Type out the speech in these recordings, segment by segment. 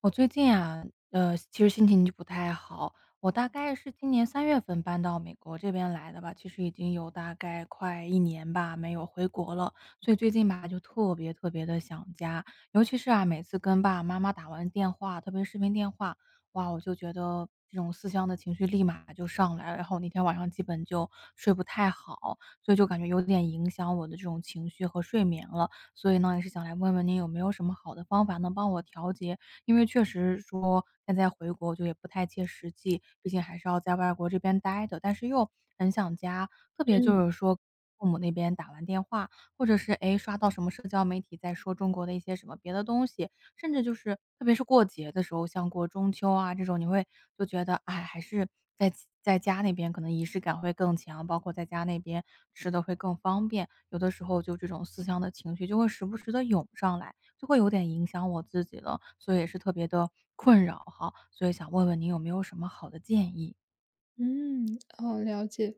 我最近啊，其实心情就不太好。我大概是今年3月份搬到美国这边来的吧，其实已经有大概快1年吧，没有回国了。所以最近吧，就特别特别的想家，尤其是啊，每次跟爸爸妈妈打完电话，特别是视频电话，哇，我就觉得这种思乡的情绪立马就上来了，然后那天晚上基本就睡不太好，所以就感觉有点影响我的这种情绪和睡眠了。所以呢，也是想来问问您有没有什么好的方法能帮我调节因为确实说现在回国就也不太切实际，毕竟还是要在外国这边待的，但是又很想家。特别嗯就是说父母那边打完电话，或者是诶，刷到什么社交媒体在说中国的一些什么别的东西，甚至就是特别是过节的时候，像过中秋啊这种，你会就觉得，哎，还是在在家那边可能仪式感会更强，包括在家那边吃的会更方便，有的时候就这种思乡的情绪就会时不时的涌上来。就会有点影响我自己了，所以也是特别的困扰哈，所以想问问您有没有什么好的建议？嗯，好，了解，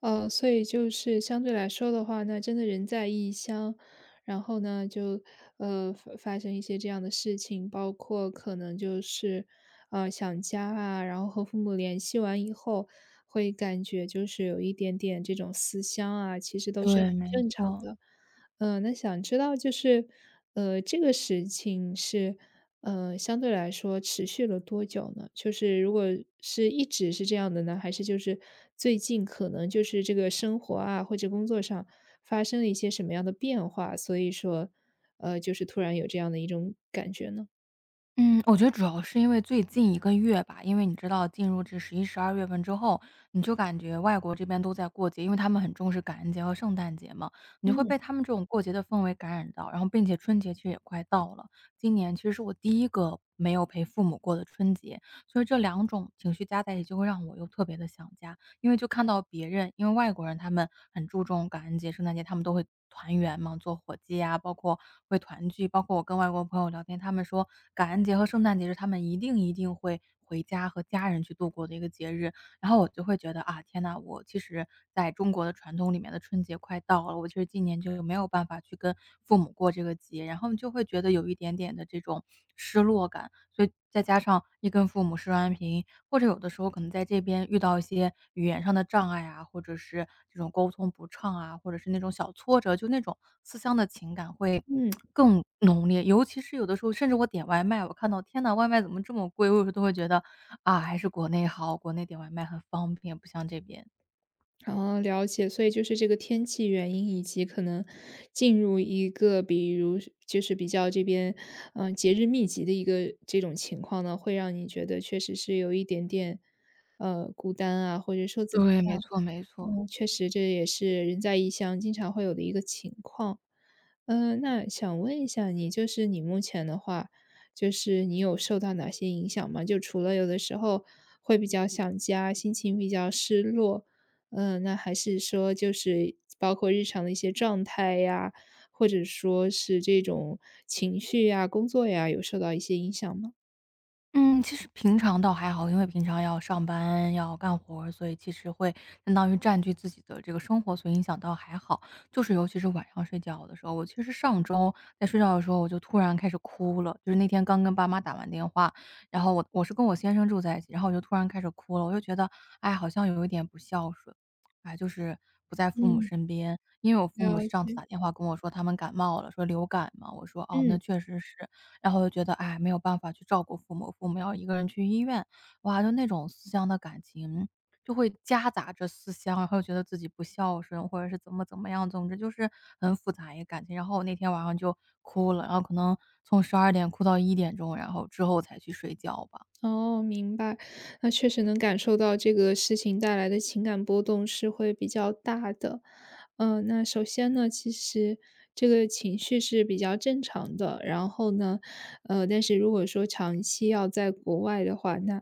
所以就是相对来说的话，那真的人在异乡，然后呢，就发生一些这样的事情，包括可能就是想家啊，然后和父母联系完以后，会感觉就是有一点点这种思乡啊，其实都是很对，没正常错。的。嗯，那想知道就是，这个事情是，相对来说持续了多久呢？就是如果是一直是这样的呢，还是就是最近可能就是这个生活啊或者工作上发生了一些什么样的变化，所以说，就是突然有这样的一种感觉呢？嗯，我觉得主要是因为最近1个月吧，因为你知道进入至11、12月份之后，你就感觉外国这边都在过节，因为他们很重视感恩节和圣诞节嘛，你就会嗯。被他们这种过节的氛围感染到，然后并且春节其实也快到了，今年其实是我第一个没有陪父母过的春节，所以这两种情绪加在一起就会让我又特别的想家。因为就看到别人因为外国人他们很注重感恩节、圣诞节，他们都会团圆嘛，做火鸡呀，包括会团聚。包括我跟外国朋友聊天，他们说感恩节和圣诞节是他们一定一定会回家和家人去度过的一个节日。然后我就会觉得啊，天呐，我其实在中国的传统里面的春节快到了，我其实今年就没有办法去跟父母过这个节，然后就会觉得有一点点的这种失落感。所以再加上一跟父母视完频，或者有的时候可能在这边遇到一些语言上的障碍啊，或者是这种沟通不畅啊，或者是那种小挫折，就那种思乡的情感会嗯。更浓烈。尤其是有的时候，甚至我点外卖，我看到天呐，外卖怎么这么贵？我有时候都会觉得啊，还是国内好，国内点外卖很方便，不像这边。然后了解，所以就是这个天气原因，以及可能进入一个比如是就是比较这边，嗯，节日密集的一个这种情况呢，会让你觉得确实是有一点点，孤单啊，或者说怎么对，没样，错没错。嗯，确实这也是人在异乡经常会有的一个情况。嗯，那想问一下你，就是你目前的话，就是你有受到哪些影响吗？就除了有的时候会比较想家，心情比较失落，嗯、那还是说就是包括日常的一些状态呀，或者说是这种情绪呀、工作呀，有受到一些影响吗？嗯，其实平常倒还好，因为平常要上班要干活儿所以其实会相当于占据自己的这个生活，所以影响倒还好。就是尤其是晚上睡觉的时候，我其实上周在睡觉的时候我就突然开始哭了，就是那天刚跟爸妈打完电话，然后我是跟我先生住在一起，然后我就突然开始哭了，我就觉得，哎，好像有一点不孝顺，哎，就是不在父母嗯，身边。因为我父母了上次解，打电话跟我说他们感冒了，说流感嘛，我说哦，嗯，那确实是。然后就觉得，哎，没有办法去照顾父母，父母要1个人去医院。哇，就那种思乡的感情，就会夹杂着思乡，然后觉得自己不孝顺，或者是怎么怎么样，总之就是很复杂一个感情。然后我那天晚上就哭了，然后可能从12点哭到1点钟，然后之后才去睡觉吧。哦，明白。那确实能感受到这个事情带来的情感波动是会比较大的。嗯，那首先呢，其实这个情绪是比较正常的。然后呢，但是如果说长期要在国外的话，那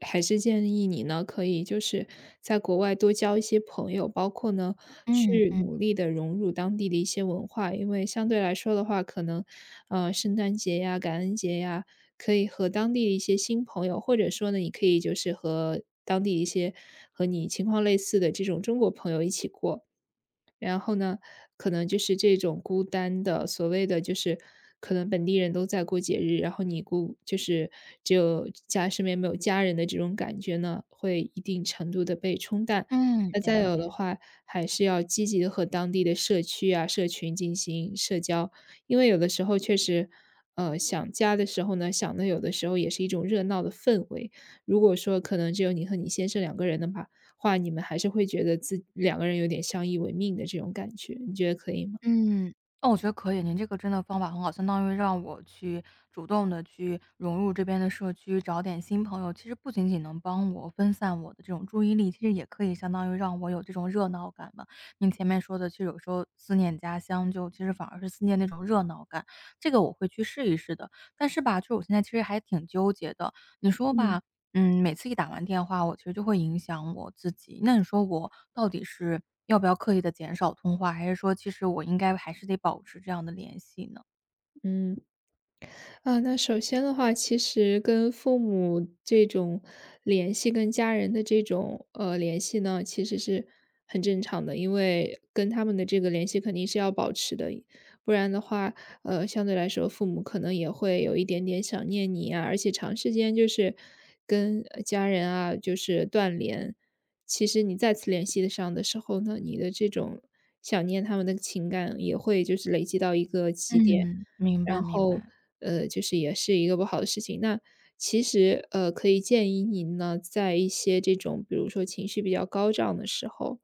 还是建议你呢，可以就是在国外多交一些朋友，包括呢，嗯去嗯努力的融入当地的一些文化。因为相对来说的话，可能，圣诞节呀、感恩节呀，可以和当地的一些新朋友，或者说呢，你可以就是和当地一些和你情况类似的这种中国朋友一起过。然后呢，可能就是这种孤单的，所谓的就是可能本地人都在过节日，然后你孤就是只有家身边没有家人的这种感觉呢，会一定程度的被冲淡。嗯，那再了有的解。话，还是要积极的和当地的社区啊、社群进行社交，因为有的时候确实，想家的时候呢，想的有的时候也是一种热闹的氛围。如果说可能只有你和你先生两个人的话，你们还是会觉得自两个人有点相依为命的这种感觉，你觉得可以吗？嗯，那我觉得可以，您这个真的方法很好，相当于让我去主动的去融入这边的社区，找点新朋友。其实不仅仅能帮我分散我的这种注意力，其实也可以相当于让我有这种热闹感吧。您前面说的，其实有时候思念家乡，就其实反而是思念那种热闹感，这个我会去试一试的。但是吧，就是我现在其实还挺纠结的，你说嗯吧，嗯，每次一打完电话，我其实就会影响我自己。那你说我到底是要不要刻意的减少通话，还是说其实我应该还是得保持这样的联系呢？嗯，啊，那首先的话，其实跟父母这种联系，跟家人的这种联系呢，其实是很正常的，因为跟他们的这个联系肯定是要保持的，不然的话，相对来说，父母可能也会有一点点想念你啊，而且长时间就是跟家人啊，就是断联，其实你再次联系得上的时候呢，你的这种想念他们的情感也会就是累积到一个极点，嗯。明然白明后，白。就是也是一个不好的事情。那其实，可以建议您呢，在一些这种比如说情绪比较高涨的时候，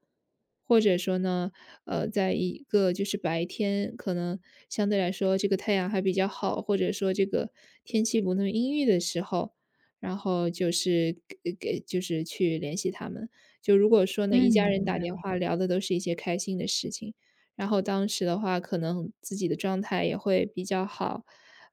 或者说呢，在一个就是白天可能相对来说这个太阳还比较好，或者说这个天气不那么阴郁的时候，然后就是给就是去联系他们。就如果说呢，一嗯。家人明打电白话聊的都是一些开心的事情，然后当时的话，可能自己的状态也会比较好，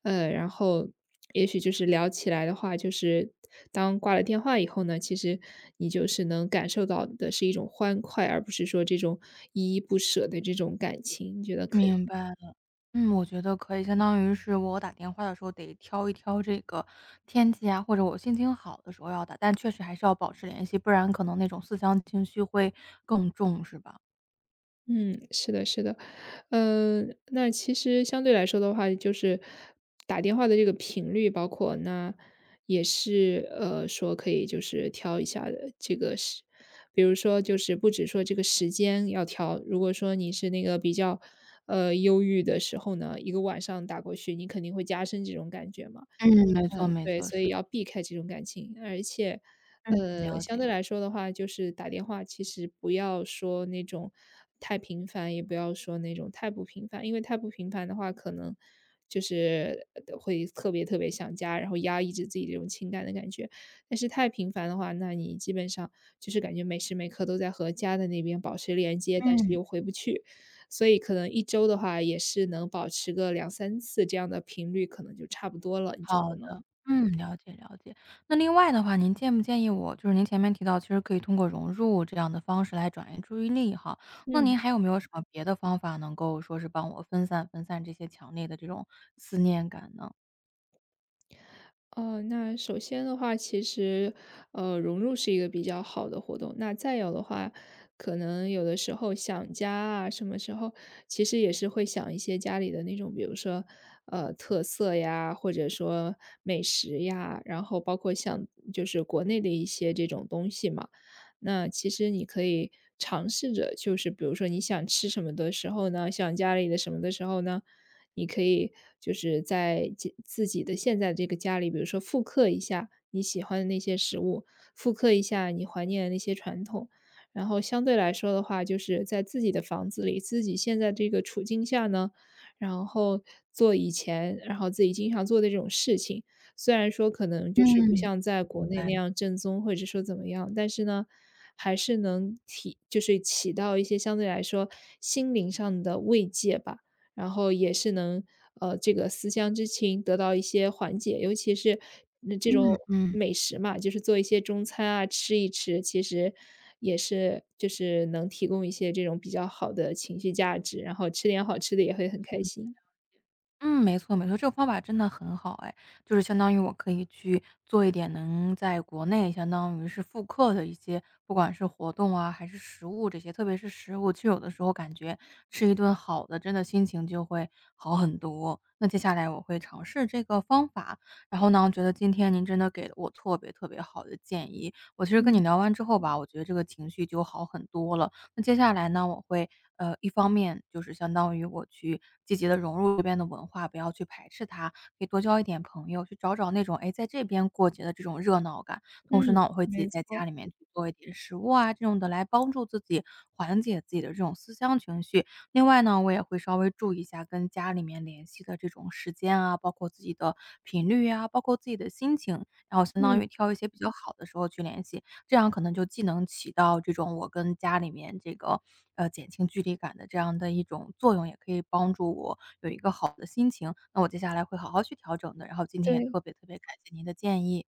然后也许就是聊起来的话，就是当挂了电话以后呢，其实你就是能感受到的是一种欢快，而不是说这种依依不舍的这种感情，你觉得可明以？白了嗯，我觉得可以，相当于是我打电话的时候得挑一挑这个天气啊，或者我心情好的时候要打，但确实还是要保持联系，不然可能那种思乡情绪会更重，是吧？嗯，是的，是的。嗯，那其实相对来说的话，就是打电话的这个频率，包括那也是说可以就是挑一下的这个时，比如说就是不止说这个时间要挑，如果说你是那个比较忧郁的时候呢，一个晚上打过去，你肯定会加深这种感觉嘛。嗯。没错嗯，没对，错，所以是的，要避开这种感情。而且，嗯。了相对解。来说的话，就是打电话其实不要说那种太频繁，也不要说那种太不频繁，因为太不频繁的话，可能就是会特别特别想家，然后压抑着自己这种情感的感觉。但是太频繁的话，那你基本上就是感觉每时每刻都在和家的那边保持连接，但是嗯。又回不去，所以可能一周的话也是能保持个两三次这样的频率，可能就差不多了。你觉好得呢？的，嗯，了解了解。那另外的话，您建不建议我就是您前面提到，其实可以通过融入这样的方式来转移注意力哈。那嗯，您还有没有什么别的方法能够说是帮我分散分散这些强烈的这种思念感呢？哦，那首先的话，其实，融入是一个比较好的活动。那再有的话，可能有的时候想家啊，什么时候其实也是会想一些家里的那种，比如说，特色呀，或者说美食呀，然后包括像就是国内的一些这种东西嘛。那其实你可以尝试着，就是比如说你想吃什么的时候呢，想家里的什么的时候呢，你可以就是在自己的现在这个家里，比如说复刻一下你喜欢的那些食物，复刻一下你怀念的那些传统。然后相对来说的话，就是在自己的房子里，自己现在这个处境下呢，然后做以前，然后自己经常做的这种事情。虽然说可能就是不嗯，像在国明内白，那样正宗，或者说怎么样，但是呢，还是能体就是起到一些相对来说心灵上的慰藉吧。然后也是能，这个思乡之情得到一些缓解。尤其是，那这种嗯嗯嗯。美食嘛，就是做一些中餐啊，吃一吃，其实也是就是能提供一些这种比较好的情绪价值，然后吃点好吃的也会很开心。嗯，没错没错，这个方法真的很好哎，就是相当于我可以去做一点能在国内相当于是复刻的一些，不管是活动啊，还是食物这些，特别是食物，其实有的时候感觉吃一顿好的，真的心情就会好很多。那接下来我会尝试这个方法，然后呢，觉得今天您真的给了我特别特别好的建议，我其实跟你嗯，聊完之后吧，我觉得这个情绪就好很多了，那接下来呢，我会一方面就是相当于我去积极的融入这边的文化，不要去排斥它，可以多交一点朋友，去找找那种，哎，在这边过节的这种热闹感。同时嗯，呢，我会自没己在错，家里面去做一点食物啊，这种的来帮助自己缓解自己的这种思乡情绪。另外呢，我也会稍微注意一下跟家里面联系的这种时间啊，包括自己的频率啊，包括自己的心情，然后相当嗯。于挑一些比较好的时候去联系。这样可能就既能起到这种我跟家里面这个，呃，减轻距离感的这样的一种作用，也可以帮助我有一个好的心情，那我接下来会好好去调整的，然后今天也对。特别特别感谢您的建议。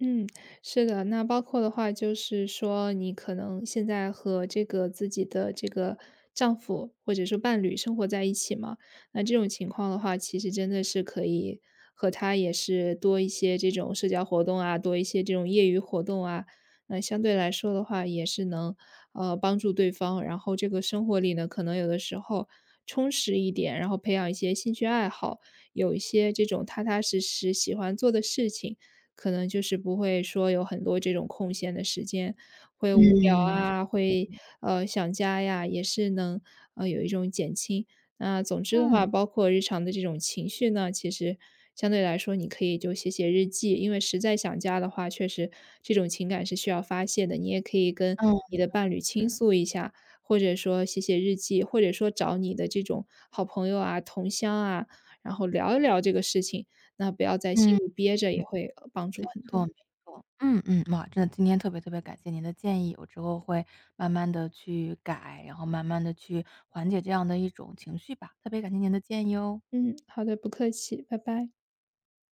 嗯，是的，那包括的话，就是说你可能现在和这个自己的这个丈夫或者说伴侣生活在一起嘛，那这种情况的话，其实真的是可以和他也是多一些这种社交活动啊，多一些这种业余活动啊，那相对来说的话，也是能帮助对方，然后这个生活里呢，可能有的时候充实一点，然后培养一些兴趣爱好，有一些这种踏踏实实喜欢做的事情。可能就是不会说有很多这种空闲的时间，会无聊嗯，没错。啊，会想家呀，也是能有一种减轻。那总之的话，嗯，包括日常的这种情绪呢，其实相对来说，你可以就写写日记，因为实在想家的话，确实这种情感是需要发泄的。你也可以跟嗯，你的伴侣倾是。诉一下，或者说写写日记，或者说找你的这种好朋友啊、同乡啊，然后聊一聊这个事情。那不要在心嗯，里憋着，也嗯，会帮助没很多。错没错。嗯嗯，哇，真的今天特别特别感谢您的建议，我之后会慢慢的去改，然后慢慢的去缓解这样的一种情绪吧，特别感谢您的建议哦，嗯，好的，不客气，拜拜。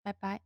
拜拜。